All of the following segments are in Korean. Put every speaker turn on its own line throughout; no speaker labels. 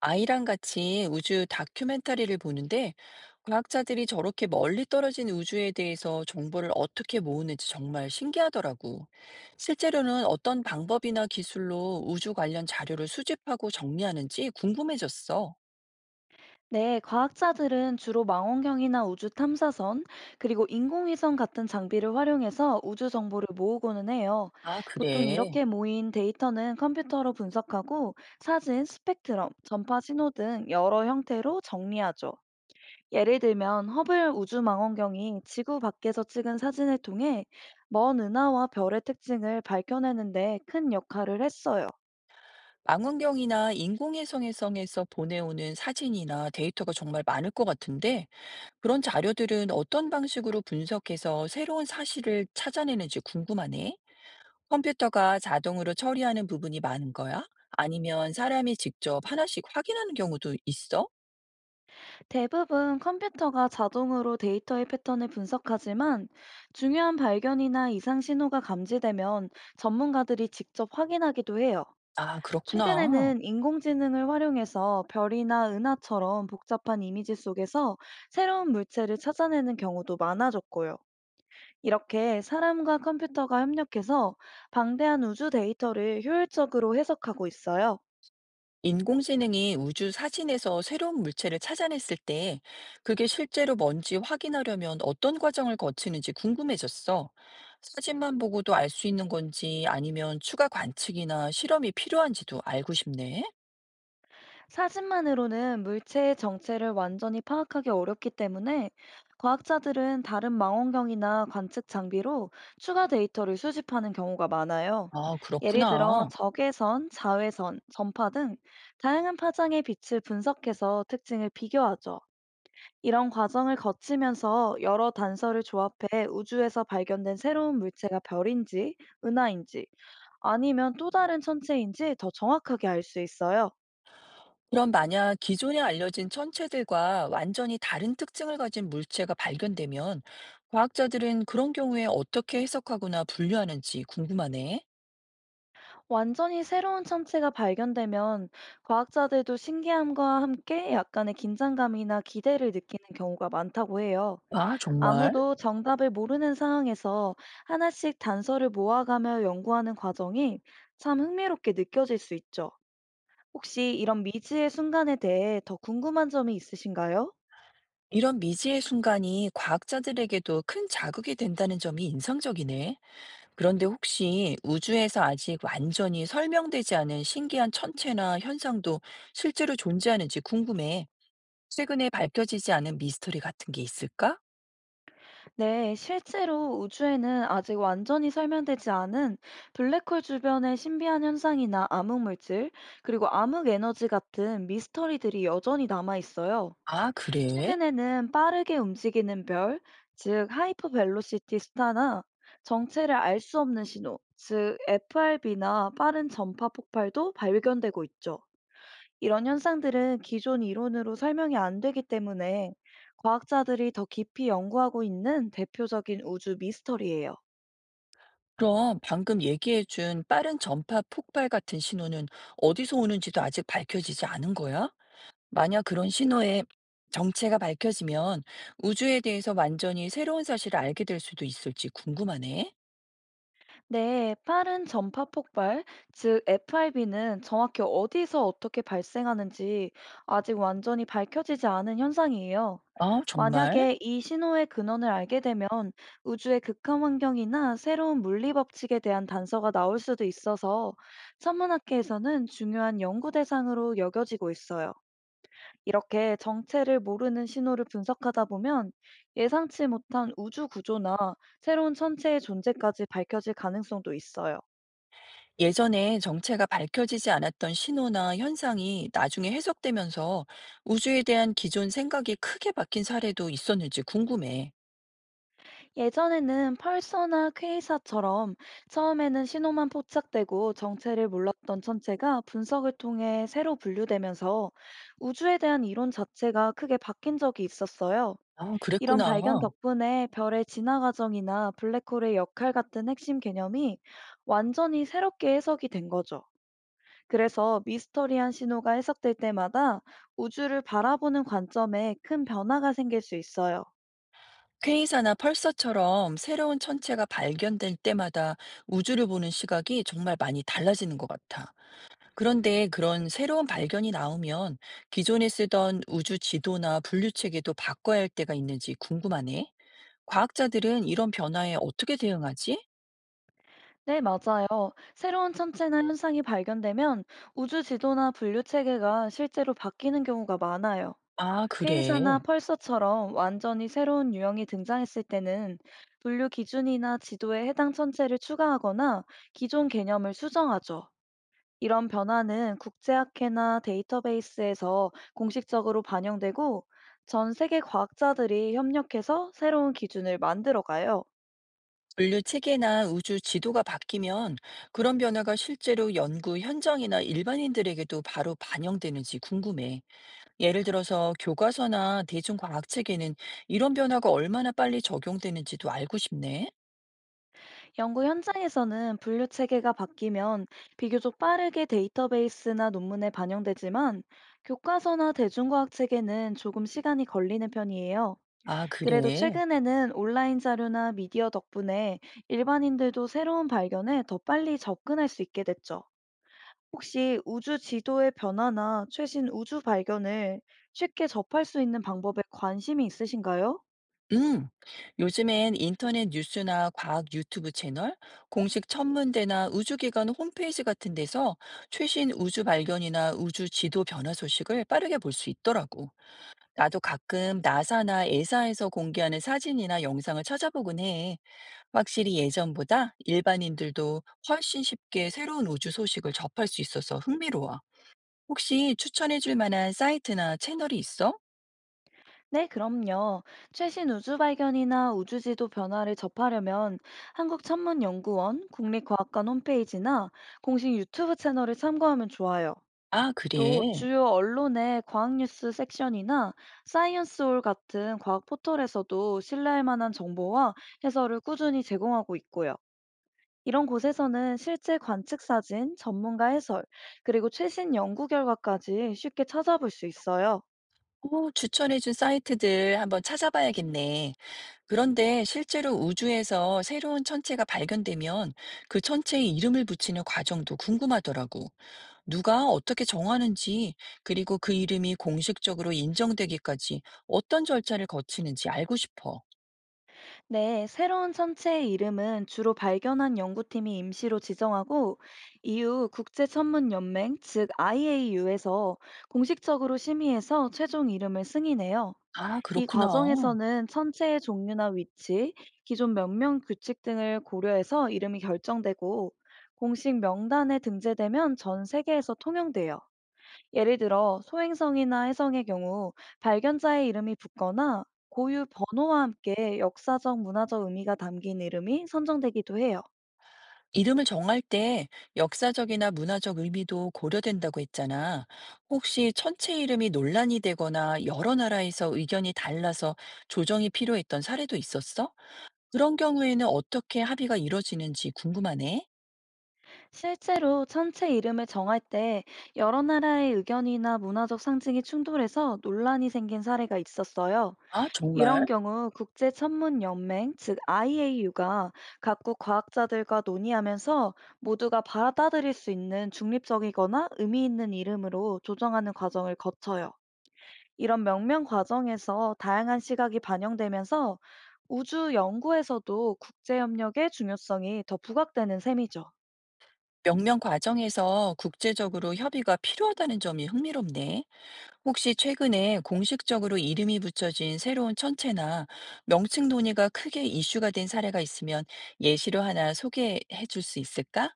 아이랑 같이 우주 다큐멘터리를 보는데 과학자들이 저렇게 멀리 떨어진 우주에 대해서 정보를 어떻게 모으는지 정말 신기하더라고. 실제로는 어떤 방법이나 기술로 우주 관련 자료를 수집하고 정리하는지 궁금해졌어.
네, 과학자들은 주로 망원경이나 우주 탐사선, 그리고 인공위성 같은 장비를 활용해서 우주 정보를 모으고는 해요.
아,
보통
그래.
이렇게 모인 데이터는 컴퓨터로 분석하고 사진, 스펙트럼, 전파 신호 등 여러 형태로 정리하죠. 예를 들면 허블 우주 망원경이 지구 밖에서 찍은 사진을 통해 먼 은하와 별의 특징을 밝혀내는 데 큰 역할을 했어요.
망원경이나 인공위성 해성에서 보내오는 사진이나 데이터가 정말 많을 것 같은데 그런 자료들은 어떤 방식으로 분석해서 새로운 사실을 찾아내는지 궁금하네. 컴퓨터가 자동으로 처리하는 부분이 많은 거야? 아니면 사람이 직접 하나씩 확인하는 경우도 있어?
대부분 컴퓨터가 자동으로 데이터의 패턴을 분석하지만 중요한 발견이나 이상 신호가 감지되면 전문가들이 직접 확인하기도 해요.
아, 그렇구나.
최근에는 인공지능을 활용해서 별이나 은하처럼 복잡한 이미지 속에서 새로운 물체를 찾아내는 경우도 많아졌고요. 이렇게 사람과 컴퓨터가 협력해서 방대한 우주 데이터를 효율적으로 해석하고 있어요.
인공지능이 우주 사진에서 새로운 물체를 찾아냈을 때 그게 실제로 뭔지 확인하려면 어떤 과정을 거치는지 궁금해졌어. 사진만 보고도 알 수 있는 건지 아니면 추가 관측이나 실험이 필요한지도 알고 싶네.
사진만으로는 물체의 정체를 완전히 파악하기 어렵기 때문에 과학자들은 다른 망원경이나 관측 장비로 추가 데이터를 수집하는 경우가 많아요.
아,
예를 들어
그렇구나.
적외선, 자외선, 전파 등 다양한 파장의 빛을 분석해서 특징을 비교하죠. 이런 과정을 거치면서 여러 단서를 조합해 우주에서 발견된 새로운 물체가 별인지, 은하인지, 아니면 또 다른 천체인지 더 정확하게 알 수 있어요.
그럼 만약 기존에 알려진 천체들과 완전히 다른 특징을 가진 물체가 발견되면 과학자들은 그런 경우에 어떻게 해석하거나 분류하는지 궁금하네.
완전히 새로운 천체가 발견되면 과학자들도 신기함과 함께 약간의 긴장감이나 기대를 느끼는 경우가 많다고 해요.
아, 정말?
아무도 정답을 모르는 상황에서 하나씩 단서를 모아가며 연구하는 과정이 참 흥미롭게 느껴질 수 있죠. 혹시 이런 미지의 순간에 대해 더 궁금한 점이 있으신가요?
이런 미지의 순간이 과학자들에게도 큰 자극이 된다는 점이 인상적이네. 그런데 혹시 우주에서 아직 완전히 설명되지 않은 신기한 천체나 현상도 실제로 존재하는지 궁금해. 최근에 밝혀지지 않은 미스터리 같은 게 있을까?
네, 실제로 우주에는 아직 완전히 설명되지 않은 블랙홀 주변의 신비한 현상이나 암흑물질, 그리고 암흑에너지 같은 미스터리들이 여전히 남아 있어요.
아, 그래?
최근에는 빠르게 움직이는 별, 즉 하이퍼벨로시티 스타나 정체를 알 수 없는 신호, 즉 FRB나 빠른 전파 폭발도 발견되고 있죠. 이런 현상들은 기존 이론으로 설명이 안 되기 때문에 과학자들이 더 깊이 연구하고 있는 대표적인 우주 미스터리예요.
그럼 방금 얘기해준 빠른 전파 폭발 같은 신호는 어디서 오는지도 아직 밝혀지지 않은 거야? 만약 그런 신호의 정체가 밝혀지면 우주에 대해서 완전히 새로운 사실을 알게 될 수도 있을지 궁금하네.
네, 빠른 전파 폭발, 즉 FIB는 정확히 어디서 어떻게 발생하는지 아직 완전히 밝혀지지 않은 현상이에요.
아, 정말?
만약에 이 신호의 근원을 알게 되면 우주의 극한 환경이나 새로운 물리 법칙에 대한 단서가 나올 수도 있어서 천문학계에서는 중요한 연구 대상으로 여겨지고 있어요. 이렇게 정체를 모르는 신호를 분석하다 보면 예상치 못한 우주 구조나 새로운 천체의 존재까지 밝혀질 가능성도 있어요.
예전에 정체가 밝혀지지 않았던 신호나 현상이 나중에 해석되면서 우주에 대한 기존 생각이 크게 바뀐 사례도 있었는지 궁금해.
예전에는 펄서나 퀘이사처럼 처음에는 신호만 포착되고 정체를 몰랐던 천체가 분석을 통해 새로 분류되면서 우주에 대한 이론 자체가 크게 바뀐 적이 있었어요.
아,
이런
그랬구나.
발견 덕분에 별의 진화 과정이나 블랙홀의 역할 같은 핵심 개념이 완전히 새롭게 해석이 된 거죠. 그래서 미스터리한 신호가 해석될 때마다 우주를 바라보는 관점에 큰 변화가 생길 수 있어요.
퀘이사나 펄서처럼 새로운 천체가 발견될 때마다 우주를 보는 시각이 정말 많이 달라지는 것 같아. 그런데 그런 새로운 발견이 나오면 기존에 쓰던 우주 지도나 분류 체계도 바꿔야 할 때가 있는지 궁금하네. 과학자들은 이런 변화에 어떻게 대응하지?
네, 맞아요. 새로운 천체나 현상이 발견되면 우주 지도나 분류 체계가 실제로 바뀌는 경우가 많아요.
아,
퀘이사나
그래.
펄서처럼 완전히 새로운 유형이 등장했을 때는 분류 기준이나 지도에 해당 천체를 추가하거나 기존 개념을 수정하죠. 이런 변화는 국제학회나 데이터베이스에서 공식적으로 반영되고 전 세계 과학자들이 협력해서 새로운 기준을 만들어가요.
분류 체계나 우주 지도가 바뀌면 그런 변화가 실제로 연구 현장이나 일반인들에게도 바로 반영되는지 궁금해. 예를 들어서 교과서나 대중과학책에는 이런 변화가 얼마나 빨리 적용되는지도 알고 싶네.
연구 현장에서는 분류 체계가 바뀌면 비교적 빠르게 데이터베이스나 논문에 반영되지만 교과서나 대중과학 책에는 조금 시간이 걸리는 편이에요.
아,
그래도
그래.
최근에는 온라인 자료나 미디어 덕분에 일반인들도 새로운 발견에 더 빨리 접근할 수 있게 됐죠. 혹시 우주 지도의 변화나 최신 우주 발견을 쉽게 접할 수 있는 방법에 관심이 있으신가요?
음. 요즘엔 인터넷 뉴스나 과학 유튜브 채널, 공식 천문대나 우주기관 홈페이지 같은 데서 최신 우주 발견이나 우주 지도 변화 소식을 빠르게 볼 수 있더라고. 나도 가끔 나사나 에사에서 공개하는 사진이나 영상을 찾아보곤 해. 확실히 예전보다 일반인들도 훨씬 쉽게 새로운 우주 소식을 접할 수 있어서 흥미로워. 혹시 추천해줄 만한 사이트나 채널이 있어?
네, 그럼요. 최신 우주 발견이나 우주 지도 변화를 접하려면 한국천문연구원 국립과학관 홈페이지나 공식 유튜브 채널을 참고하면 좋아요.
아,
또
그래.
주요 언론의 과학뉴스 섹션이나 사이언스홀 같은 과학 포털에서도 신뢰할 만한 정보와 해설을 꾸준히 제공하고 있고요. 이런 곳에서는 실제 관측 사진, 전문가 해설, 그리고 최신 연구 결과까지 쉽게 찾아볼 수 있어요.
오 추천해준 사이트들 한번 찾아봐야겠네. 그런데 실제로 우주에서 새로운 천체가 발견되면 그 천체에 이름을 붙이는 과정도 궁금하더라고. 누가 어떻게 정하는지, 그리고 그 이름이 공식적으로 인정되기까지 어떤 절차를 거치는지 알고 싶어.
네, 새로운 천체의 이름은 주로 발견한 연구팀이 임시로 지정하고 이후 국제천문연맹, 즉 IAU에서 공식적으로 심의해서 최종 이름을 승인해요.
아,
이
그렇구나.
과정에서는 천체의 종류나 위치, 기존 몇명 규칙 등을 고려해서 이름이 결정되고 공식 명단에 등재되면 전 세계에서 통용돼요. 예를 들어 소행성이나 해성의 경우 발견자의 이름이 붙거나 고유 번호와 함께 역사적 문화적 의미가 담긴 이름이 선정되기도 해요.
이름을 정할 때 역사적이나 문화적 의미도 고려된다고 했잖아. 혹시 천체 이름이 논란이 되거나 여러 나라에서 의견이 달라서 조정이 필요했던 사례도 있었어? 그런 경우에는 어떻게 합의가 이뤄지는지 궁금하네.
실제로 천체 이름을 정할 때 여러 나라의 의견이나 문화적 상징이 충돌해서 논란이 생긴 사례가 있었어요.
아,
이런
정말?
경우 국제 천문 연맹 즉 IAU가 각국 과학자들과 논의하면서 모두가 받아들일 수 있는 중립적이거나 의미 있는 이름으로 조정하는 과정을 거쳐요. 이런 명명 과정에서 다양한 시각이 반영되면서 우주 연구에서도 국제 협력의 중요성이 더 부각되는 셈이죠.
명명 과정에서 국제적으로 협의가 필요하다는 점이 흥미롭네. 혹시 최근에 공식적으로 이름이 붙여진 새로운 천체나 명칭 논의가 크게 이슈가 된 사례가 있으면 예시로 하나 소개해 줄 수 있을까?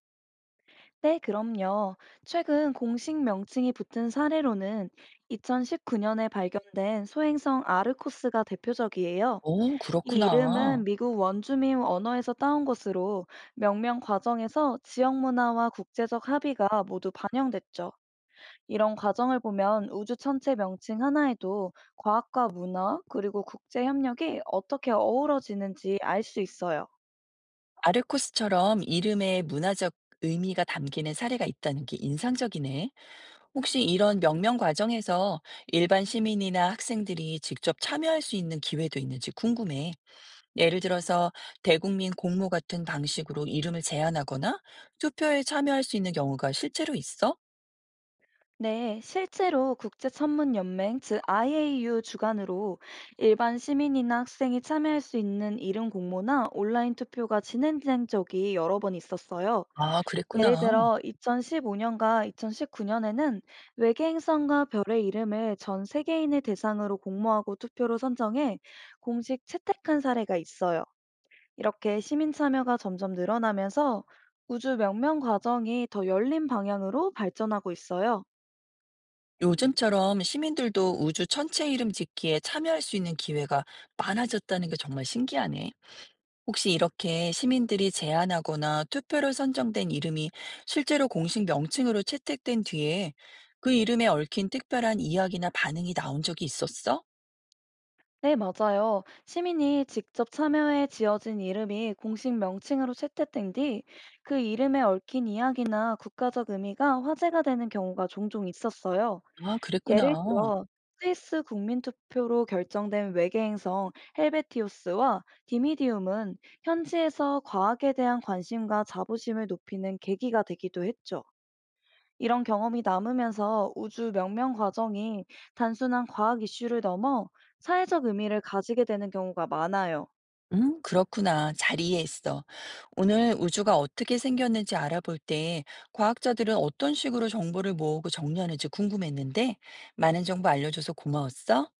네, 그럼요. 최근 공식 명칭이 붙은 사례로는 2019년에 발견된 소행성 아르코스가 대표적이에요.
오,
이
그렇구나.
이름은 미국 원주민 언어에서 따온 것으로 명명 과정에서 지역 문화와 국제적 합의가 모두 반영됐죠. 이런 과정을 보면 우주 천체 명칭 하나에도 과학과 문화, 그리고 국제 협력이 어떻게 어우러지는지 알 수 있어요.
아르코스처럼 이름에 문화적 의미가 담기는 사례가 있다는 게 인상적이네. 혹시 이런 명명 과정에서 일반 시민이나 학생들이 직접 참여할 수 있는 기회도 있는지 궁금해. 예를 들어서 대국민 공모 같은 방식으로 이름을 제안하거나 투표에 참여할 수 있는 경우가 실제로 있어?
네, 실제로 국제천문연맹, 즉 IAU 주관으로 일반 시민이나 학생이 참여할 수 있는 이름 공모나 온라인 투표가 진행된 적이 여러 번 있었어요.
아, 그랬구나.
예를 들어 2015년과 2019년에는 외계 행성과 별의 이름을 전 세계인을 대상으로 공모하고 투표로 선정해 공식 채택한 사례가 있어요. 이렇게 시민 참여가 점점 늘어나면서 우주 명명 과정이 더 열린 방향으로 발전하고 있어요.
요즘처럼 시민들도 우주 천체 이름 짓기에 참여할 수 있는 기회가 많아졌다는 게 정말 신기하네. 혹시 이렇게 시민들이 제안하거나 투표로 선정된 이름이 실제로 공식 명칭으로 채택된 뒤에 그 이름에 얽힌 특별한 이야기나 반응이 나온 적이 있었어?
네, 맞아요. 시민이 직접 참여해 지어진 이름이 공식 명칭으로 채택된 뒤 그 이름에 얽힌 이야기나 국가적 의미가 화제가 되는 경우가 종종 있었어요.
아,
예를
그랬구나.
들어 스위스 국민투표로 결정된 외계행성 헬베티오스와 디미디움은 현지에서 과학에 대한 관심과 자부심을 높이는 계기가 되기도 했죠. 이런 경험이 남으면서 우주 명명 과정이 단순한 과학 이슈를 넘어 사회적 의미를 가지게 되는 경우가 많아요.
그렇구나. 잘 이해했어. 오늘 우주가 어떻게 생겼는지 알아볼 때 과학자들은 어떤 식으로 정보를 모으고 정리하는지 궁금했는데 많은 정보 알려줘서 고마웠어.